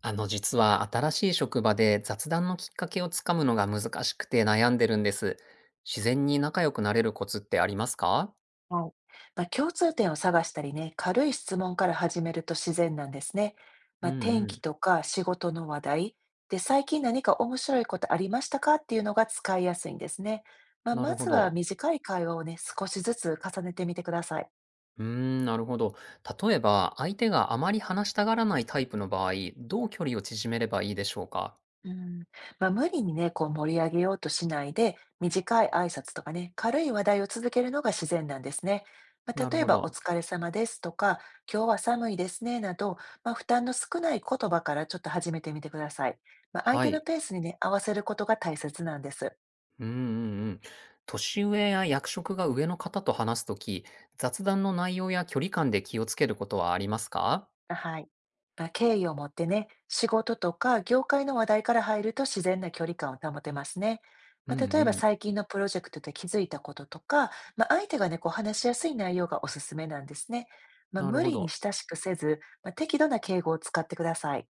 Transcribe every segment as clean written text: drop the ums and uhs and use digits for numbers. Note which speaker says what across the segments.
Speaker 1: あの、実は新しい職場で雑談のきっかけをつかむのが難しくて悩んでるんです。自然に仲良くなれるコツってありますか？
Speaker 2: はい。共通点を探したりね、軽い質問から始めると自然なんですね。
Speaker 1: うん
Speaker 2: 天
Speaker 1: う
Speaker 2: 気
Speaker 1: ん。
Speaker 2: とか仕事の話題で、最近何か面白いことありましたかっていうのが使いやすいんですね。
Speaker 1: な
Speaker 2: ま
Speaker 1: るほ
Speaker 2: ずは
Speaker 1: ど。
Speaker 2: 短い会話をね、少しずつ重ねてみてください。
Speaker 1: うーん、なるほど。例えば、相手があまり話したがらないタイプの場合、どう距離を縮めればいいでしょうか？
Speaker 2: うん、無理にね、こう盛り上げようとしないで、短い挨拶とかね、軽い話題を続けるのが自然なんですね。
Speaker 1: なる
Speaker 2: 例え
Speaker 1: ほ
Speaker 2: ば、お
Speaker 1: ど。
Speaker 2: 疲れ様ですとか、今日は寒いですね、など、負担の少ない言葉からちょっと始めてみてください。相
Speaker 1: は
Speaker 2: 手の
Speaker 1: い。
Speaker 2: ペースにね、合わせることが大切なんです。
Speaker 1: うんうんうん。年上や役職が上の方と話すとき、雑談の内容や距離感で気をつけることはありますか？
Speaker 2: はい。敬意を持ってね、仕事とか業界の話題から入ると自然な距離感を保てますね。
Speaker 1: うん
Speaker 2: 例えば
Speaker 1: うん。
Speaker 2: 最近のプロジェクトで気づいたこととか、相手がね、こう話しやすい内容がおすすめなんですね。
Speaker 1: なる
Speaker 2: 無
Speaker 1: ほ
Speaker 2: 理に
Speaker 1: ど。
Speaker 2: 親しくせず、適度な敬語を使ってください。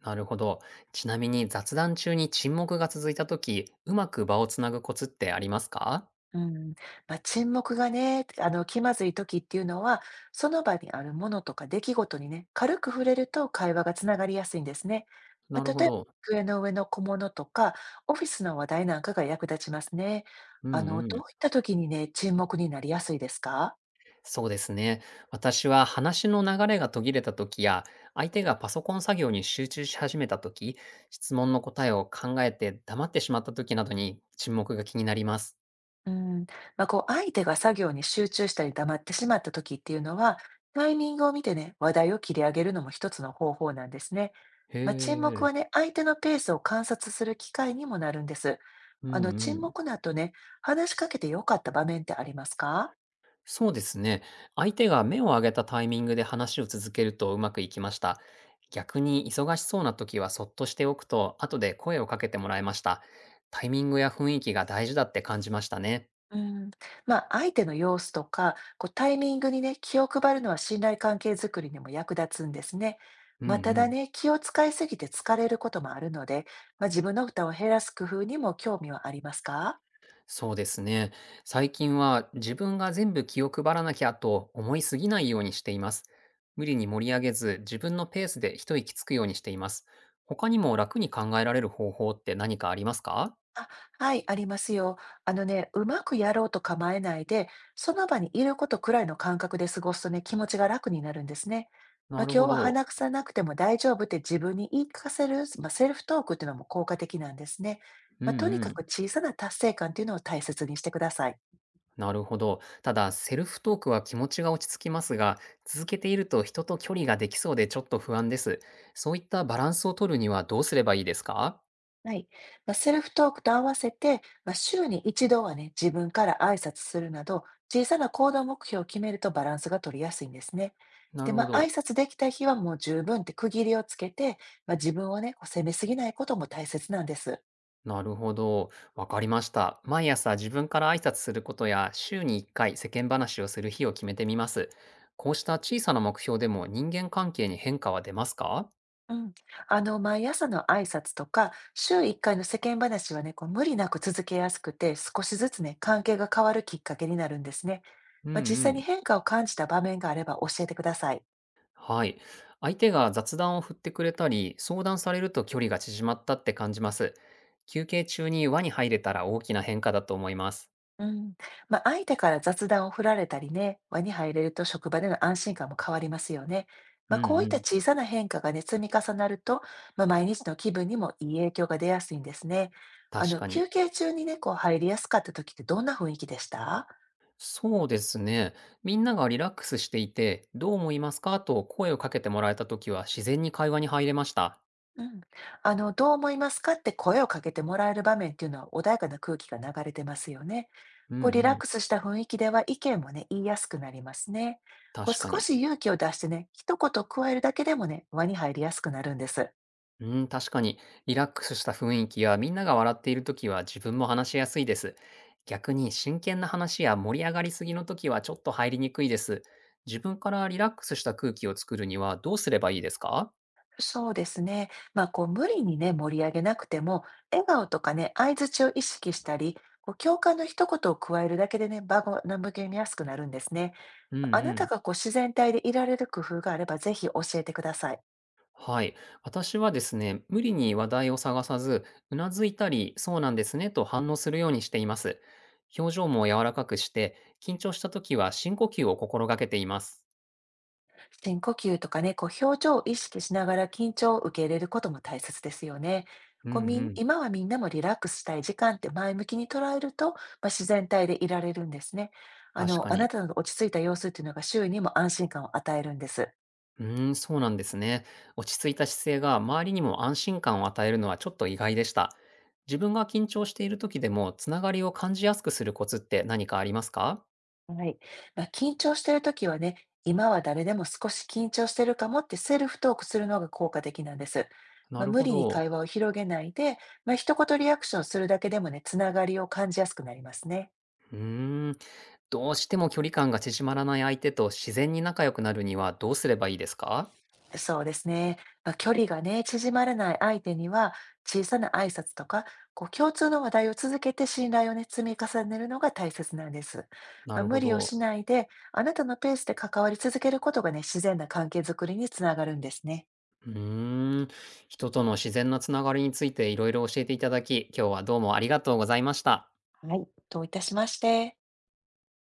Speaker 1: なるほど。ちなみに雑談中に沈黙が続いた時、うまく場をつなぐコツってありますか？
Speaker 2: うん、沈黙がね、気まずい時っていうのは、その場にあるものとか出来事にね、軽く触れると会話がつながりやすいんですね。
Speaker 1: なるほ
Speaker 2: 例えば、
Speaker 1: ど。
Speaker 2: 机の上の小物とか、オフィスの話題なんかが役立ちますね。
Speaker 1: うんう
Speaker 2: どう
Speaker 1: ん。
Speaker 2: いった時にね、沈黙になりやすいですか？
Speaker 1: そうですね。私は話の流れが途切れた時や、相手がパソコン作業に集中し始めた時、質問の答えを考えて黙ってしまった時などに沈黙が気になります。
Speaker 2: うん、こう、相手が作業に集中したり黙ってしまった時っていうのは、タイミングを見てね、話題を切り上げるのも一つの方法なんですね。
Speaker 1: へ
Speaker 2: 沈黙
Speaker 1: え。
Speaker 2: はね、相手のペースを観察する機会にもなるんです。
Speaker 1: うんう
Speaker 2: 沈
Speaker 1: ん。
Speaker 2: 黙の後ね、話しかけてよかった場面ってありますか？
Speaker 1: そうですね。相手が目を上げたタイミングで話を続けるとうまくいきました。逆に忙しそうな時はそっとしておくと、後で声をかけてもらいました。タイミングや雰囲気が大事だって感じましたね。
Speaker 2: うん、相手の様子とか、こうタイミングにね、気を配るのは信頼関係づくりにも役立つんですね。
Speaker 1: うんう
Speaker 2: ただ
Speaker 1: ん。
Speaker 2: ね、気を使いすぎて疲れることもあるので、自分の負担を減らす工夫にも興味はありますか
Speaker 1: そうですね。最近は自分が全部気を配らなきゃと思いすぎないようにしています。無理に盛り上げず、自分のペースで一息つくようにしています。他にも楽に考えられる方法って何かありますか？
Speaker 2: あ、はい、ありますよ。あのね、うまくやろうと構えないで、その場にいることくらいの感覚で過ごすとね、気持ちが楽になるんですね。
Speaker 1: なる
Speaker 2: 今
Speaker 1: ほ
Speaker 2: 日は
Speaker 1: ど。
Speaker 2: 鼻くさなくても大丈夫って自分に言い聞かせる、セルフトークっていうのも効果的なんですね。
Speaker 1: う
Speaker 2: とに
Speaker 1: んう
Speaker 2: か
Speaker 1: ん。
Speaker 2: く小さな達成感っていうのを大切にしてください。
Speaker 1: なるほど。ただ、セルフトークは気持ちが落ち着きますが、続けていると人と距離ができそうでちょっと不安です。そういったバランスを取るにはどうすればいいですか？
Speaker 2: はい。セルフトークと合わせて、週に一度はね、自分から挨拶するなど、小さな行動目標を決めるとバランスが取りやすいんですね。
Speaker 1: な
Speaker 2: で、
Speaker 1: るほ
Speaker 2: 挨
Speaker 1: ど。
Speaker 2: 拶できた日はもう十分って区切りをつけて、自分をね、こう責めすぎないことも大切なんです。
Speaker 1: なるほど。わかりました。毎朝自分から挨拶することや、週に1回世間話をする日を決めてみます。こうした小さな目標でも人間関係に変化は出ますか？
Speaker 2: うん。毎朝の挨拶とか、週一回の世間話はね、こう無理なく続けやすくて、少しずつね、関係が変わるきっかけになるんですね。
Speaker 1: うん
Speaker 2: 実
Speaker 1: う
Speaker 2: 際に
Speaker 1: ん。
Speaker 2: 変化を感じた場面があれば教えてください。
Speaker 1: はい。相手が雑談を振ってくれたり、相談されると距離が縮まったって感じます。休憩中に輪に入れたら大きな変化だと思います。
Speaker 2: うん。相手から雑談を振られたりね、輪に入れると職場での安心感も変わりますよね。
Speaker 1: うん
Speaker 2: こういっ
Speaker 1: う
Speaker 2: た
Speaker 1: ん。
Speaker 2: 小さな変化がね、積み重なると、毎日の気分にもいい影響が出やすいんですね。
Speaker 1: 確かに。
Speaker 2: 休憩中にね、こう入りやすかった時ってどんな雰囲気でした
Speaker 1: そうですね。みんながリラックスしていて、どう思いますかと声をかけてもらえたときは自然に会話に入れました。
Speaker 2: うん。どう思いますかって声をかけてもらえる場面っていうのは穏やかな空気が流れてますよね。
Speaker 1: うん
Speaker 2: こう、リラッ
Speaker 1: うん。
Speaker 2: クスした雰囲気では意見もね、言いやすくなりますね。こう、
Speaker 1: 確か
Speaker 2: 少
Speaker 1: に。
Speaker 2: し勇気を出してね、一言加えるだけでもね、輪に入りやすくなるんです。
Speaker 1: うん、確かに、リラックスした雰囲気やみんなが笑っているときは自分も話しやすいです。逆に真剣な話や盛り上がりすぎのときはちょっと入りにくいです。自分からリラックスした空気を作るにはどうすればいいですか？
Speaker 2: そうですね。こう、無理にね、盛り上げなくても、笑顔とかね、相槌を意識したり、こう共感の一言を加えるだけでね、場が和みやすくなるんですね。
Speaker 1: うん
Speaker 2: あ
Speaker 1: う
Speaker 2: なた
Speaker 1: ん。
Speaker 2: がこう自然体でいられる工夫があれば、ぜひ教えてください。
Speaker 1: はい。私はですね、無理に話題を探さず、うなずいたり、そうなんですねと反応するようにしています。表情も柔らかくして、緊張したときは深呼吸を心がけています。
Speaker 2: 深呼吸とかね、こう表情を意識しながら緊張を受け入れることも大切ですよね。
Speaker 1: う
Speaker 2: こ
Speaker 1: ん
Speaker 2: うみん
Speaker 1: うん。
Speaker 2: 今はみんなもリラックスしたい時間って前向きに捉えると、自然体でいられるんですね。
Speaker 1: 確か
Speaker 2: あな
Speaker 1: に。
Speaker 2: たの落ち着いた様子っていうのが周囲にも安心感を与えるんです。
Speaker 1: うーん、そうなんですね。落ち着いた姿勢が周りにも安心感を与えるのはちょっと意外でした。自分が緊張している時でもつながりを感じやすくするコツって何かありますか？
Speaker 2: はい。緊張しているときはね、今は誰でも少し緊張してるかもってセルフトークするのが効果的なんです。
Speaker 1: なる
Speaker 2: 無
Speaker 1: ほ
Speaker 2: 理に
Speaker 1: ど。
Speaker 2: 会話を広げないで、一言リアクションするだけでもね、つながりを感じやすくなりますね。
Speaker 1: うーん。どうしても距離感が縮まらない相手と自然に仲良くなるにはどうすればいいですか？
Speaker 2: そうですね。距離がね、縮まらない相手には、小さな挨拶とか、こう共通の話題を続けて信頼をね、積み重ねるのが大切なんです。
Speaker 1: なる
Speaker 2: 無
Speaker 1: ほ
Speaker 2: 理を
Speaker 1: ど。
Speaker 2: しないで、あなたのペースで関わり続けることがね、自然な関係づくりにつながるんですね。
Speaker 1: うーん。人との自然なつながりについていろいろ教えていただき、今日はどうもありがとうございました。
Speaker 2: はい。どういたしまして。